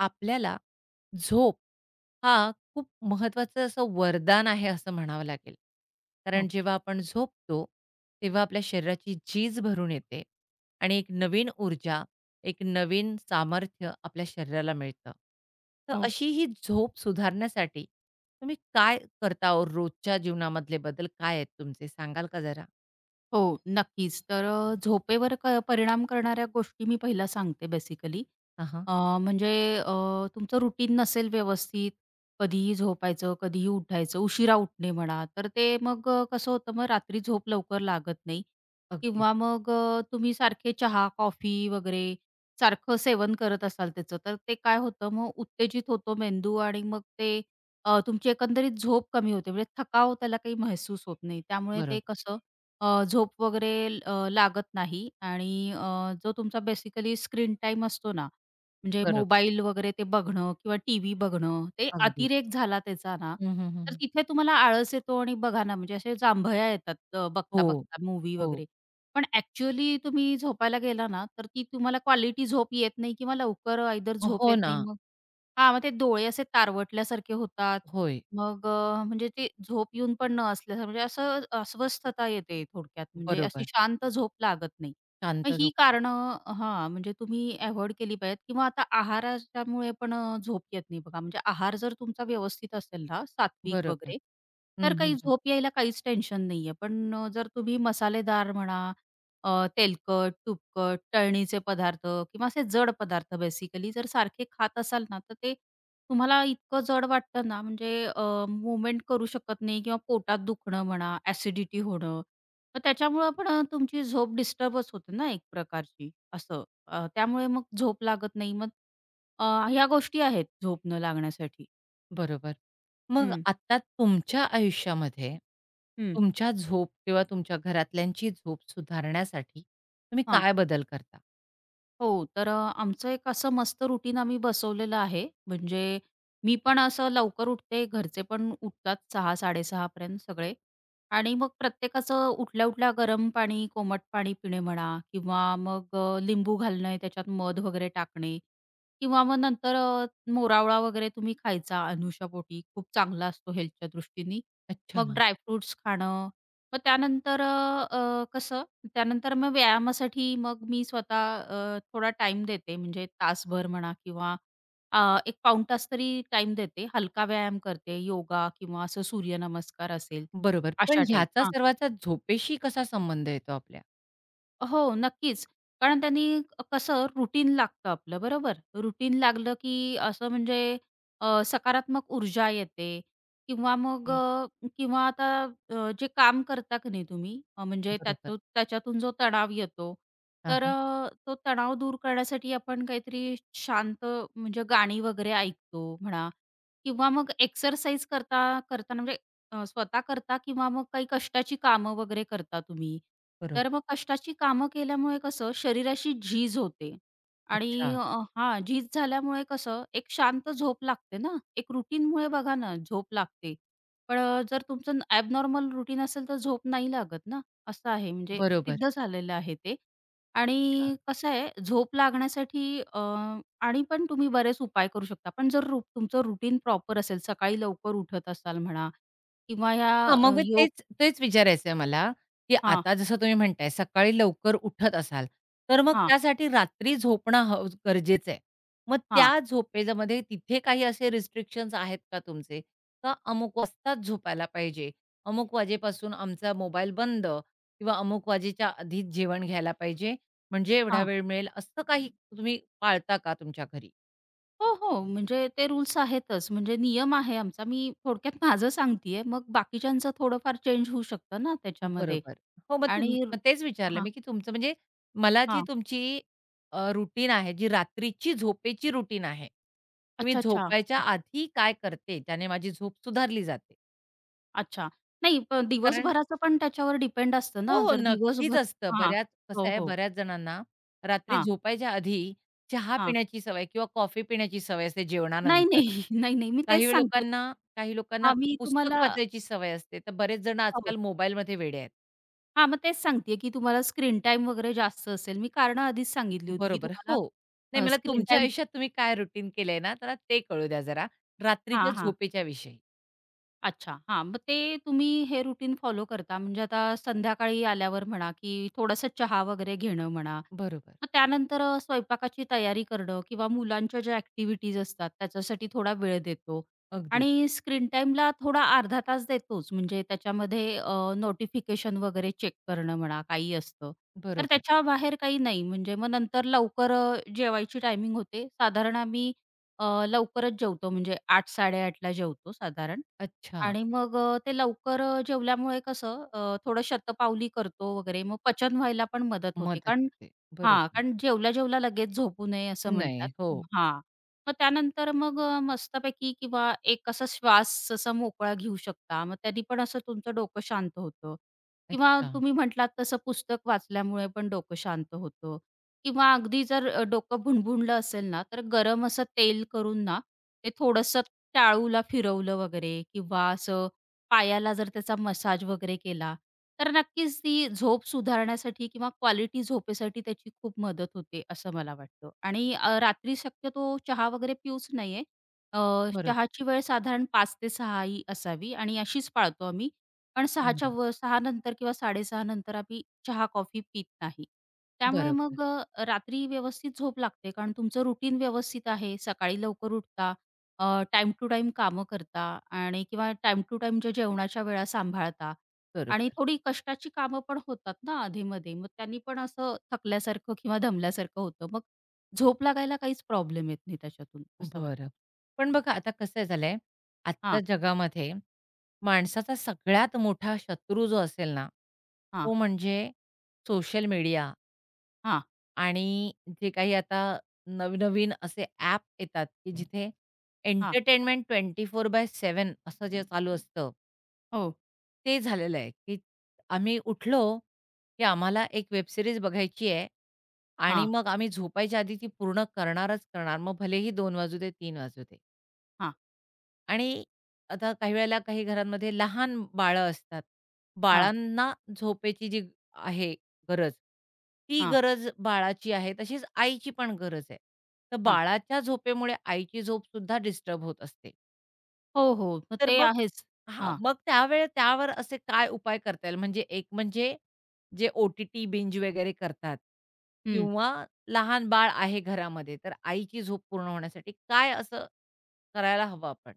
आपल्याला झोप हा खूप महत्त्वाचं असं वरदान आहे असं म्हणावं लागेल. कारण हो, जेव्हा आपण झोपतो, तेव्हा आपल्या शरीराची झीज भरून येते आणि एक नवीन ऊर्जा, एक नवीन सामर्थ्य आपल्या शरीराला मिळतं. तर हो, अशी ही झोप सुधारण्यासाठी तुम्ही काय करता ओ? रोजच्या जीवनामधले बदल काय आहेत तुमचे सांगाल का जरा? हो, नक्कीच. तर झोपेवर परिणाम करणाऱ्या गोष्टी मी पहिला सांगते बेसिकली. हां, हां. अ, म्हणजे अ, तुमचं रुटीन नसेल व्यवस्थित, कधीही झोपायचं, कधीही उठायचं, उशिरा उठणे म्हणा, तर ते मग कसं होतं मग रात्री झोप लवकर लागत नाही अगदीच. किंवा मग तुम्ही सारखे चहा, कॉफी वगैरे सारखं सेवन करत असाल त्याचं, तर ते काय होतं मग उत्तेजित होतो मेंदू आणि मग ते तुमची एकंदरीत झोप कमी होते. म्हणजे थकाव त्याला काही महसूस होत नाही. त्यामुळे ते बरोबर, कसं झोप वगैरे लागत नाही आणि जो तुमचा बेसिकली स्क्रीन टाईम असतो ना, म्हणजे बरोबर. मोबाईल वगैरे ते बघणं किंवा टीव्ही बघणं, ते अगदीच. अतिरेक झाला त्याचा ना, हं, हं, तर हं, तिथे तुम्हाला आळस येतो आणि बघा ना, म्हणजे असे जांभया येतात हो, बघता-बघता मूव्ही हो. वगैरे. पण ॲक्चुअली तुम्ही झोपायला गेला ना, तर ती तुम्हाला क्वालिटी झोप येत नाही किंवा लवकर आयदर झोप हो येत ना. नाही मग हां, मग ते डोळे असे तारवटल्यासारखे होतात. होय. मग म्हणजे ती झोप येऊन पण न असल्यासारखं म्हणजे असं अस्वस्थता येते थोडक्यात म्हणजे अशी बरोबर. शांत झोप लागत नाही. मग शांत ही झोपतो. कारणं हां, म्हणजे तुम्ही अव्हॉइड केली पाहिजेत किंवा आता आहाराच्यामुळे पण झोप येत नाही बघा. म्हणजे आहार जर तुमचा व्यवस्थित असेल ना, सात्विक बरोबर. वगैरे, हं, तर हं, काही हं. झोप यायला काहीच टेन्शन नाहीये. पण जर तुम्ही मसालेदार म्हणा तेलकट, तुपकट, तळणीचे पदार्थ किंवा असे जड पदार्थ बेसिकली जर सारखे खात असाल ना, तर ते तुम्हाला इतकं जड वाटतं ना, म्हणजे करू शकत नाही किंवा पोटात दुखणं म्हणा, ॲसिडिटी होणं. मग त्याच्यामुळं पण तुमची झोप डिस्टर्बच होते ना एक प्रकारची असं. त्यामुळे मग झोप लागत नाही. मग अ, ह्या गोष्टी आहेत झोप न लागण्यासाठी. बरोबर. मग हं, आता तुमच्या आयुष्यामध्ये हं. तुमच्या झोप किंवा तुमच्या घरातल्यांची झोप सुधारण्यासाठी तुम्ही काय बदल करता? हो, तर आमचं एक असं मस्त रुटीन आम्ही बसवलेलं आहे. म्हणजे मी पण असं लवकर उठते, घरचे पण उठतात 6:00-6:30 पर्यंत सगळे आणि मग प्रत्येकाचं उठल्या-उठल्या गरम पाणी, कोमट पाणी पिणे म्हणा किंवा मग लिंबू घालणे, त्याच्यात मध वगैरे टाकणे किंवा मग नंतर मोरावळा वगैरे तुम्ही खायचा अनुशापोटी, खूप चांगला असतो हेल्थच्या दृष्टीने. अच्छा. मग ड्रायफ्रुट्स खाणं. मग त्यानंतर अ, अ, कसं त्यानंतर मग व्यायामासाठी मग मी स्वतः थोडा टाइम देते म्हणजे तासभर म्हणा किंवा एक पाऊण तास तरी टाईम देते. हलका व्यायाम करते, योगा किंवा असं सूर्यनमस्कार असेल, बरोबर. पण अशा टाईप. ह्याचा सर्वाचा झोपेशी कसा संबंध येतो आपल्या? हो, नक्कीच. कारण त्यांनी कसं रुटीन लागतं आपलं, बरोबर? रुटीन लागलं की असं म्हणजे सकारात्मक ऊर्जा येते किंवा मग हे किंवा आता जे काम करता की नाही तुम्ही म्हणजे बरोबर. त्याच्यातून जो तणाव येतो, हां, तर हां. तो तणाव दूर करण्यासाठी आपण काहीतरी शांत म्हणजे गाणी वगैरे ऐकतो म्हणा किंवा मग एक्सरसाइज करता करताना म्हणजे स्वतः करता किंवा मग काही कष्टाची कामं वगैरे करता तुम्ही. तर बरोबर. मग कष्टाची कामं केल्यामुळे कसं शरीराशी झीज होते आणि अच्छा. हां, झीज झाल्यामुळे कसं एक शांत झोप लागते ना. एक रुटीनमुळे बघा ना झोप लागते. पण जर तुमचं ॲबनॉर्मल रुटीन असेल तर झोप नाही लागत ना, असं आहे म्हणजे बरोबर. सिद्ध झालेलं आहे ते. आणि कसं आहे झोप लागण्यासाठी आणि पण तुम्ही बरेच उपाय करू शकता. पण जर तुमचं रुटीन प्रॉपर असेल, सकाळी लवकर उठत असाल म्हणा किंवा ह्या हां, मग मग योग तेच तेच विचारायचंय मला, की हां, आता जसं तुम्ही म्हणताय सकाळी लवकर उठत असाल, तर मग हां, त्यासाठी रात्री झोपणं हव गरजेचं आहे. मग हां, त्या झोपेमध्ये तिथे काही असे रिस्ट्रिक्शन्स आहेत का तुमचे? का अमुक वाजताच झोपायला पाहिजे, अमुक वाजेपासून आमचा मोबाईल बंद किंवा अमुक वाजेच्या आधीच जेवण घ्यायला पाहिजे, म्हणजे एवढा हां. वेळ मिळेल, असं काही तुम्ही पाळता का तुमच्या घरी? हो, हो. म्हणजे ते रूल्स आहेतच. म्हणजे नियम आहे आमचा. मी थोडक्यात माझं सांगते आहे. मग बाकीच्यांचं थोडंफार चेंज होऊ शकतं ना त्याच्यामध्ये. बरोबर. हो, मग आणि मग तेच विचारलं हां, मी, की तुमचं म्हणजे मला जी हां. तुमची रूटीन आहे, जी रात्रीची झोपेची रूटीन आहे, की मी अच्छा, अच्छा. झोपायच्या ओके. आधी काय करते, त्याने माझी झोप सुधारली जाते. अच्छा. नाही पण कारण दिवसभराचं पण त्याच्यावर डिपेंड असतं हो, ना. हो, जर नक्कीच दिवसभर असतं. हां. बऱ्याच कसं हो, आहे, हो. बऱ्याच जणांना रात्री हां, झोपायच्या आधी चहा हां. पिण्याची सवय किंवा कॉफी पिण्याची सवय असते नाही, नाही. जेवणानंतर. नाही, नाही. मी तेच काही सांगते आहे. लोकांना काही लोकांना हां, मी पुस्तक तुम्हाला वाचायची सवय असते. तर बरेच जण हो. आजकाल मोबाईलमध्ये वेडे आहेत. हां, मग तेच सांगते की तुम्हाला स्क्रीन टाईम वगैरे जास्त असेल. मी कारणं आधीच सांगितली होती, की बरोबर, तुम्हाला हो. नाही मला स्क्रीन तुमच्या टाईम आयुष्यात तुम्ही काय रुटीन केलंय ना, मला ते कळू द्या जरा. रात्रीच्या हां, हां, झोपेच्या विषयी. अच्छा. हां, मग ते तुम्ही हे रुटीन फॉलो करता म्हणजे आता संध्याकाळी आल्यावर म्हणा, की थोडासा चहा वगैरे घेणं म्हणा. बरोबर. मग त्यानंतर स्वयंपाकाची तयारी करणं किंवा मुलांच्या ज्या ॲक्टिव्हिटीज असतात त्याच्यासाठी थोडा वेळ देतो अगदीच. आणि स्क्रीन टाईमला थोडा अर्धा तास देतोच. म्हणजे त्याच्यामध्ये नोटिफिकेशन वगैरे चेक करणं म्हणा, काही असतं. तर बरोबर. त्याच्या बाहेर काही नाही. म्हणजे मग नंतर लवकर जेवायची टायमिंग होते. साधारण आम्ही लवकरच जेवतो म्हणजे 8:00-8:30ला जेवतो साधारण अच्छा. आणि मग ते लवकर जेवल्यामुळे कसं थोडं शतपावली करतो वगैरे, मग पचन व्हायला पण मदत होते. मदत कारण होते. हां, बरोबर. कारण जेवल्या-जेवल्या लगेच झोपू नये असं नाही. म्हणतात. हो. हां. मग त्यानंतर मग मस्तपैकी किंवा एक असा श्वास असा मोकळा घेऊ शकता. मग त्यांनी पण असं तुमचं डोकं शांत होतं किंवा अच्छा. तुम्ही म्हटलात तसं पुस्तक वाचल्यामुळे पण डोकं शांत होतं किंवा अगदी जर डोकं भुणभुणलं असेल ना, तर गरम असं तेल करून ना, ते थोडंसं टाळूला फिरवलं वगैरे किंवा असं पायाला जर त्याचा मसाज वगैरे केला, तर नक्कीच ती झोप सुधारण्यासाठी किंवा क्वालिटी झोपेसाठी त्याची खूप मदत होते, असं मला वाटतं. आणि रात्री शक्यतो चहा वगैरे पिऊच नये. अ, बरोबर, चहाची वेळ साधारण 5 ते 6 ही असावी आणि अशीच पाळतो आम्ही. पण 6च्या बरं. व 6 नंतर किंवा 6:30 नंतर आम्ही चहा-कॉफी पीत नाही. त्यामुळे बरोबर, मग रात्री व्यवस्थित झोप लागते कारण तुमचं रुटीन व्यवस्थित आहे, सकाळी लवकर उठता टाइम टू टाइम कामं करता आणि किंवा टाइम टू टाईमच्या जेवणाच्या वेळा सांभाळता आणि बरोबर. थोडी कष्टाची कामं पण होतात ना आधीमध्ये. मग त्यांनी पण असं थकल्यासारखं किंवा दमल्यासारखं होतं. मग झोप लागायला काहीच प्रॉब्लेम येत नाही त्याच्यातून असं बरं. वाटतं. पण बघा आता कसं झालंय, आजच्या हां, जगामध्ये माणसाचा सगळ्यात मोठा शत्रू जो असेल ना, हां, तो म्हणजे सोशल मीडिया हां, आणि जे काही आता नवनवीन असे ॲप येतात, की जिथे हां. एंटरटेनमेंट 24/7 असं जे चालू असतं, हो. ते झालेलं आहे, की आम्ही उठलो, की आम्हाला एक वेब सीरीज बघायची आहे आणि हां, मग आम्ही झोपायच्या आधी ती पूर्ण करणारच करणार. मग भलेही 2 वाजू दे, 3 वाजू दे. हां, आणि आता काही वेळेला काही घरांमध्ये लहान बाळं असतात. हां, बाळांना झोपेची जी आहे गरज, ती हां, गरज बाळाची आहे, तशीच आईची पण गरज आहे. तर हां. बाळाच्या झोपेमुळे आईची झोपसुद्धा डिस्टर्ब होत असते. हो, हो. मग तर ते मग आहेच. हां, हां. मग त्यावेळी त्यावर असे काय उपाय करता येईल? म्हणजे एक म्हणजे जे ओ-टी-टी बिंज वगैरे करतात किंवा लहान बाळ आहे घरामध्ये, तर आईची झोप पूर्ण होण्यासाठी काय असं करायला हवं आपण?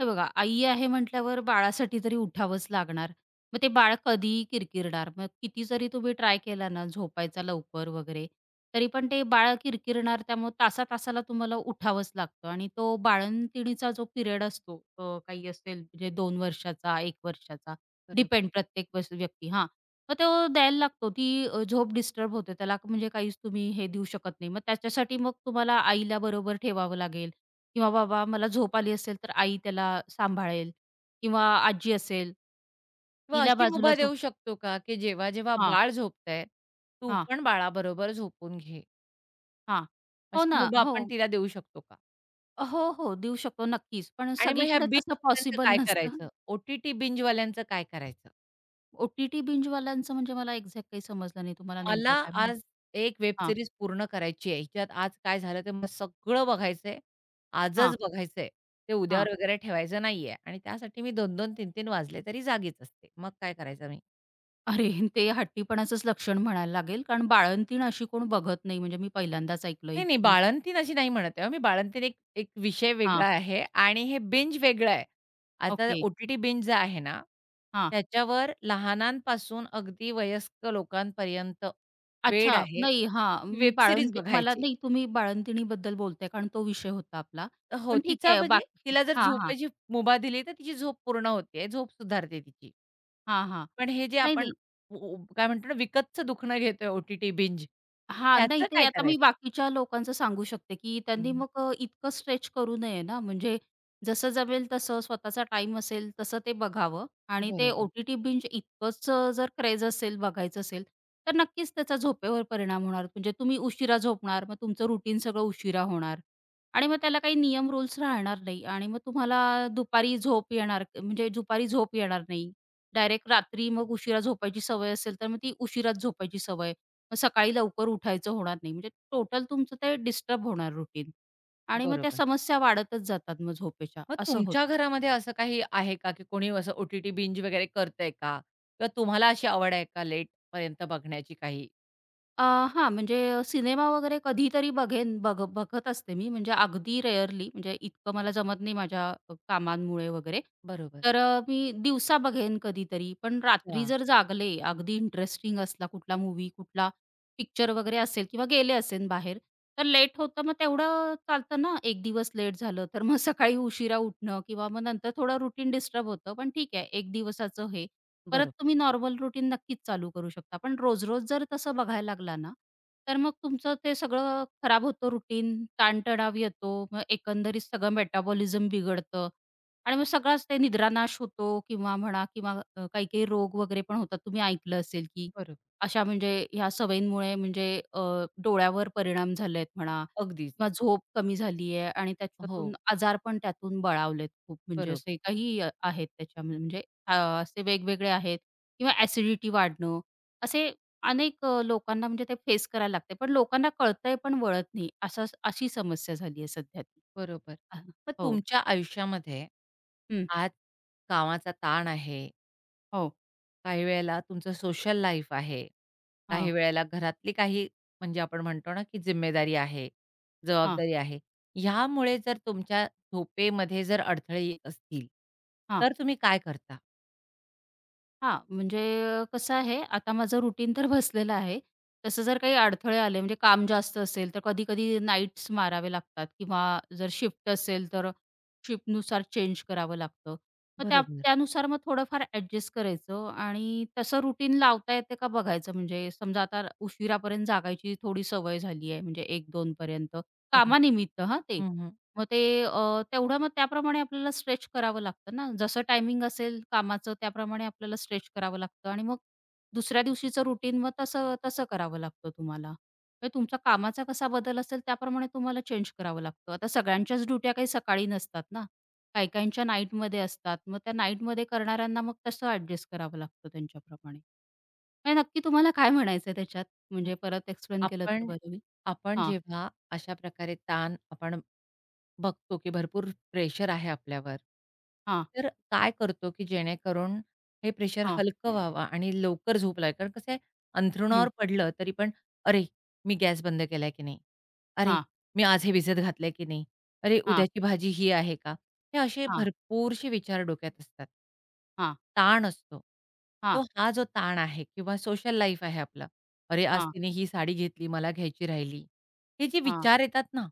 हे बघा, आई आहे म्हटल्यावर बाळासाठी तरी उठावंच लागणार. मग ते बाळ कधीही किरकिरणार. मग किती जरी तुम्ही ट्राय केला ना झोपायचा लवकर वगैरे, तरी पण ते बाळ किरकिरणार. त्यामुळे तासा-तासाला तुम्हाला उठावंच लागतं आणि तो बाळंतिणीचा जो पिरियड असतो काही असेल म्हणजे 2 वर्षाचा, 1 वर्षाचा बरोबर. डिपेंड प्रत्येक व्यक्ती हां. मग तो द्यायला लागतो. ती झोप डिस्टर्ब होते. त्याला म्हणजे काहीच तुम्ही हे देऊ शकत नाही. मग त्याच्यासाठी मग तुम्हाला आईला बरोबर ठेवावं लागेल. किंवा बाबा मला झोप आली असेल, तर आई त्याला सांभाळेल किंवा आजी असेल, किंवा तिला अशी बाजूला मुभा झोप देऊ शकतो का, की जेव्हा-जेव्हा हां, बाळ झोपतंय, तू हां, पण बाळाबरोबर झोपून घे. हां. हो अशी ना. मुभा हो, आपण तिला देऊ शकतो का? हो, हो. देऊ शकतो नक्कीच. पण आणि मग ह्या सगळीकडे तसं बिंजवाल्यांचं पॉसिबल काय नसतं. करायचं? ओ-टी-टी बिंजवाल्यांचं काय करायचं? ओ-टी-टी बिंजवाल्यांचं म्हणजे मला एक्झॅक्ट काही समजलं नाही. तुम्हाला मला नेमकं काय म्हणायचं? आज एक वेब हां, सीरीज पूर्ण करायची आहे. हिच्यात आज काय झालं ते मला सगळं बघायचंय. हां, आजच बघायचंय. ते उद्यावर हां. वगैरे ठेवायचं नाहीये आणि त्यासाठी मी 2-2, 3-3 वाजले तरी जागीच असते. मग काय करायचं मी? अरे, ते हट्टीपणाचंच लक्षण म्हणायला लागेल, कारण बाळंतीण अशी कोण बघत नाही म्हणजे मी पहिल्यांदाच ऐकलं नाही, नाही, इतकी बाळंतीण अशी नाही म्हणत आहे हो मी. बाळंतीण एक एक विषय वेगळा हां, आहे आणि हे बिंज वेगळं आहे. आता ओके. ओ-टी-टी बिंज जे आहे ना, हां. त्याच्यावर लहानांपासून अगदी वयस्क लोकांपर्यंत वेड अच्छा. आहे. नाही, हां. वेब अं, सीरीज मला बघायची. नाही तुम्ही बाळंतिणीबद्दल बोलताय कारण तो विषय होता आपला. हो, पण ठीक तिचा आहे म्हणजे बाकी तिला जर हां, हां. झोपेची मुभा दिली, तर तिची झोप पूर्ण होते, झोप सुधारते तिची. हां, हां. पण हे जे नाही, आपण नाही. उ उ काय म्हणतो ना, विकतचं दुखणं घेतोय ओ-टी-टी बिंज, हां, नाही त्याचं ते काय आता मी करायचं? बाकीच्या लोकांचं सांगू शकते, की हं, त्यांनी हं. मग इतकं स्ट्रेच करू नये ना, म्हणजे जसं जमेल तसं स्वतःचा टाइम असेल तसं ते बघावं आणि ते बरोबर, ओ-टी-टी बिंज इतकंच जर क्रेझ असेल, बघायचं असेल, तर नक्कीच त्याचा झोपेवर परिणाम होणार. म्हणजे तुम्ही उशिरा झोपणार, मग तुमचं रुटीन सगळं उशिरा होणार आणि मग त्याला काही नियम रूल्स राहणार नाही आणि मग तुम्हाला दुपारी झोप येणार म्हणजे दुपारी झोप येणार नाही. डायरेक्ट रात्री मग उशिरा झोपायची सवय असेल, तर मग ती उशिराच झोपायची सवय मग सकाळी लवकर उठायचं होणार नाही. म्हणजे टोटल तुमचं ते डिस्टर्ब होणार रुटीन आणि मग त्या बरोबर. समस्या वाढतच जातात मग झोपेच्या, मग असं तुमच्या होतं. घरामध्ये असं काही आहे का, की कोणी असं ओ-टी-टी बिंज वगैरे करतंय का? किंवा तुम्हाला अशी आवड आहे का लेटपर्यंत बघण्याची काही? अ, हां, म्हणजे सिनेमा वगैरे कधीतरी बघेन बघ बघत असते मी, म्हणजे अगदी रेअरली, म्हणजे इतकं मला जमत नाही माझ्या कामांमुळे वगैरे. बरोबर. तर मी दिवसा बघेन कधीतरी, पण रात्री अच्छा. जर जागले, अगदी इंटरेस्टिंग असला कुठला मूव्ही, कुठला पिक्चर वगैरे असेल किंवा गेले असेन बाहेर, तर लेट होतं. मग तेवढं चालतं ना, एक दिवस लेट झालं, तर मग सकाळी उशिरा उठणं किंवा मग नंतर थोडं रुटीन डिस्टर्ब होतं. पण ठीक आहे, एक दिवसाचं हे. परत बरोबर. तुम्ही नॉर्मल रुटीन नक्कीच चालू करू शकता. पण रोज-रोज जर तसं बघायला लागला ना, तर मग तुमचं ते सगळं खराब होतं रुटीन, ताणतणाव येतो, मग एकंदरीत सगळं मेटाबॉलिझम बिघडतं आणि मग सगळाच ते निद्रानाश होतो किंवा म्हणा किंवा काही-काही रोग वगैरे पण होतात. तुम्ही ऐकलं असेल की बरोबर. अशा म्हणजे ह्या सवयींमुळे म्हणजे डोळ्यावर परिणाम झालेत म्हणा अगदीच. किंवा झोप कमी झाली आहे आणि हो. त्याच्यातून आजार पण त्यातून बळावलेत खूप म्हणजे बरोबर, असे काही आहेत त्याच्या म्हणजे अ, असे वेगवेगळे आहेत किंवा ॲसिडिटी वाढणं, असे अनेक लोकांना म्हणजे ते फेस करायला लागते. पण लोकांना कळतंय पण वळत नाही. असं अशी समस्या झाली आहे सध्या ती. बरोबर. अ, मग हो. तुमच्या आयुष्यामध्ये हं. आज कामाचा ताण आहे हो. काही वेळेला तुमचं सोशल लाईफ आहे, हां, काही वेळेला घरातली काही म्हणजे आपण म्हणतो ना, की जिम्मेदारी आहे, हां, जबाबदारी आहे. ह्यामुळे जर तुमच्या झोपेमध्ये जर अडथळे येत असतील, हां. तर तुम्ही काय करता? हां, म्हणजे कसं आहे, आता माझं रुटीन तर बसलेलं आहे. तसं जर काही अडथळे आले, म्हणजे काम जास्त असेल, तर कधी-कधी नाईट्स मारावे लागतात किंवा जर शिफ्ट असेल, तर शिफ्टनुसार चेंज करावं लागतं. मग त्या बरोबर, त्यानुसार मग थोडंफार ॲडजस्ट करायचं आणि तसं रुटीन लावता येते का बघायचं. म्हणजे समजा आता उशिरापर्यंत जागायची थोडी सवय झाली आहे, म्हणजे 1-2 बरोबर. कामानिमित्त हां, ते. हं, हं. मग ते तेवढं मग त्याप्रमाणे आपल्याला स्ट्रेच करावं लागतं ना. जसं टायमिंग असेल कामाचं त्याप्रमाणे आपल्याला स्ट्रेच करावं लागतं आणि मग दुसऱ्या दिवशीचं रुटीन मग तसं तसं करावं लागतं तुम्हाला. म्हणजे तुमचा कामाचा कसा बदल असेल त्याप्रमाणे तुम्हाला चेंज करावं लागतं. आता सगळ्यांच्याच ड्युट्या काही सकाळी नसतात ना. काही काहींच्या नाईटमध्ये असतात. मग त्या नाईटमध्ये करणाऱ्यांना मग तसं ॲडजस्ट करावं लागतं त्यांच्याप्रमाणे. म्हणजे नक्की तुम्हाला काय म्हणायचंय त्याच्यात? हं. म्हणजे परत एक्सप्लेन केलं तर आपण बरं होईल. आपण हां, जेव्हा अशा प्रकारे ताण आपण बघतो की भरपूर प्रेशर आहे आपल्यावर. हां, तर काय करतो की जेणेकरून हे प्रेशर हां. हलकं व्हावं आणि लवकर झोप लागेल? कारण कसं आहे अंथरुणावर हं. पडलं तरी पण "अरे, मी गॅस बंद केलाय की नाही? अरे, हां, मी आज हे भिजत घातलंय की नाही? अरे, हां, उद्याची भाजी ही आहे का?" हे असे हां, भरपूरसे विचार डोक्यात असतात. हां. ताण असतो. तो हां, हा जो ताण आहे किंवा सोशल लाईफ आहे आपलं. "अरे, आज हां, तिने ही साडी घेतली, मला घ्यायची राहिली." हे जे हां, विचार येतात ना,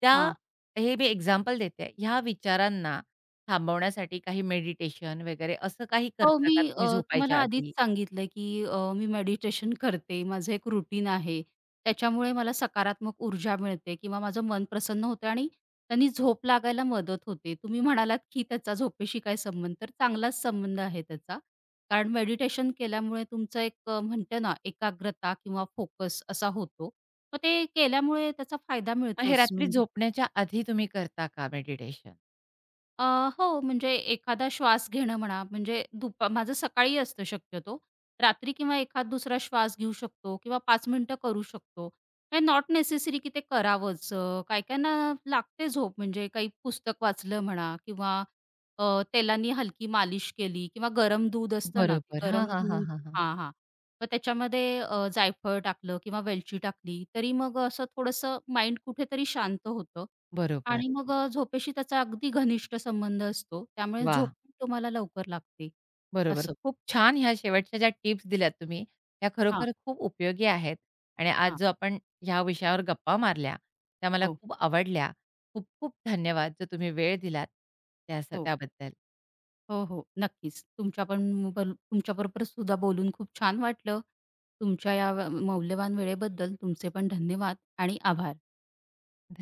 त्या हां. हे मी एक्झाम्पल देते आहे. ह्या विचारांना थांबवण्यासाठी काही मेडिटेशन वगैरे असं काही हो, करता मी का तुम्ही तुम्हाला झोपायच्या आधीच आधी? सांगितलं, की मी मेडिटेशन करते. माझं एक रुटीन आहे. त्याच्यामुळे मला सकारात्मक ऊर्जा मिळते किंवा माझं मन प्रसन्न होतं आणि त्यांनी झोप लागायला मदत होते. तुम्ही म्हणालात, की त्याचा झोपेशी काय संबंध? तर चांगलाच संबंध आहे त्याचा. कारण मेडिटेशन केल्यामुळे तुमचं एक म्हणतो ना, एकाग्रता किंवा फोकस असा होतो. मग ते केल्यामुळे त्याचा फायदा मग हे मिळतोच. रात्री म्हणजे झोपण्याच्या आधी तुम्ही करता का मेडिटेशन? अ, हो, म्हणजे एखादा श्वास घेणं म्हणा, म्हणजे माझं सकाळी असतं शक्यतो. रात्री किंवा एखाद दुसरा श्वास घेऊ शकतो किंवा 5 मिनिटं करू शकतो. हे नॉट नेसेसरी की ते करावंच. काही-काहींना लागते झोप म्हणजे काही पुस्तक वाचलं म्हणा किंवा तेलानी हलकी मालिश केली किंवा गरम दूध असतं ना, ते बरोबर. हां, गरम हां, हां, दूध हां, हां. हां, हां. मग त्याच्यामध्ये जायफळ टाकलं किंवा वेलची टाकली, तरी मग असं थोडंसं माइंड कुठेतरी शांत होतं बरोबर. आणि मग झोपेशी त्याचा अगदी घनिष्ठ संबंध असतो. त्यामुळे झोप वाह! पण तुम्हाला लवकर लागते. बरोबर. असं. खूप छान ह्या शेवटच्या ज्या टिप्स दिल्यात तुम्ही, त्या हां, खरोखर खूप उपयोगी आहेत आणि आज हां. जो आपण ह्या विषयावर गप्पा मारल्या, त्या मला हो, खूप आवडल्या. खूप खूप धन्यवाद जो तुम्ही वेळ दिलात त्या हो. त्याबद्दल. हो, हो. नक्कीच. तुमच्या पण तुमच्याबरोबर सुद्धा बोलून खूप छान वाटलं. तुमच्या या मौल्यवान वेळेबद्दल तुमचे पण धन्यवाद आणि आभार.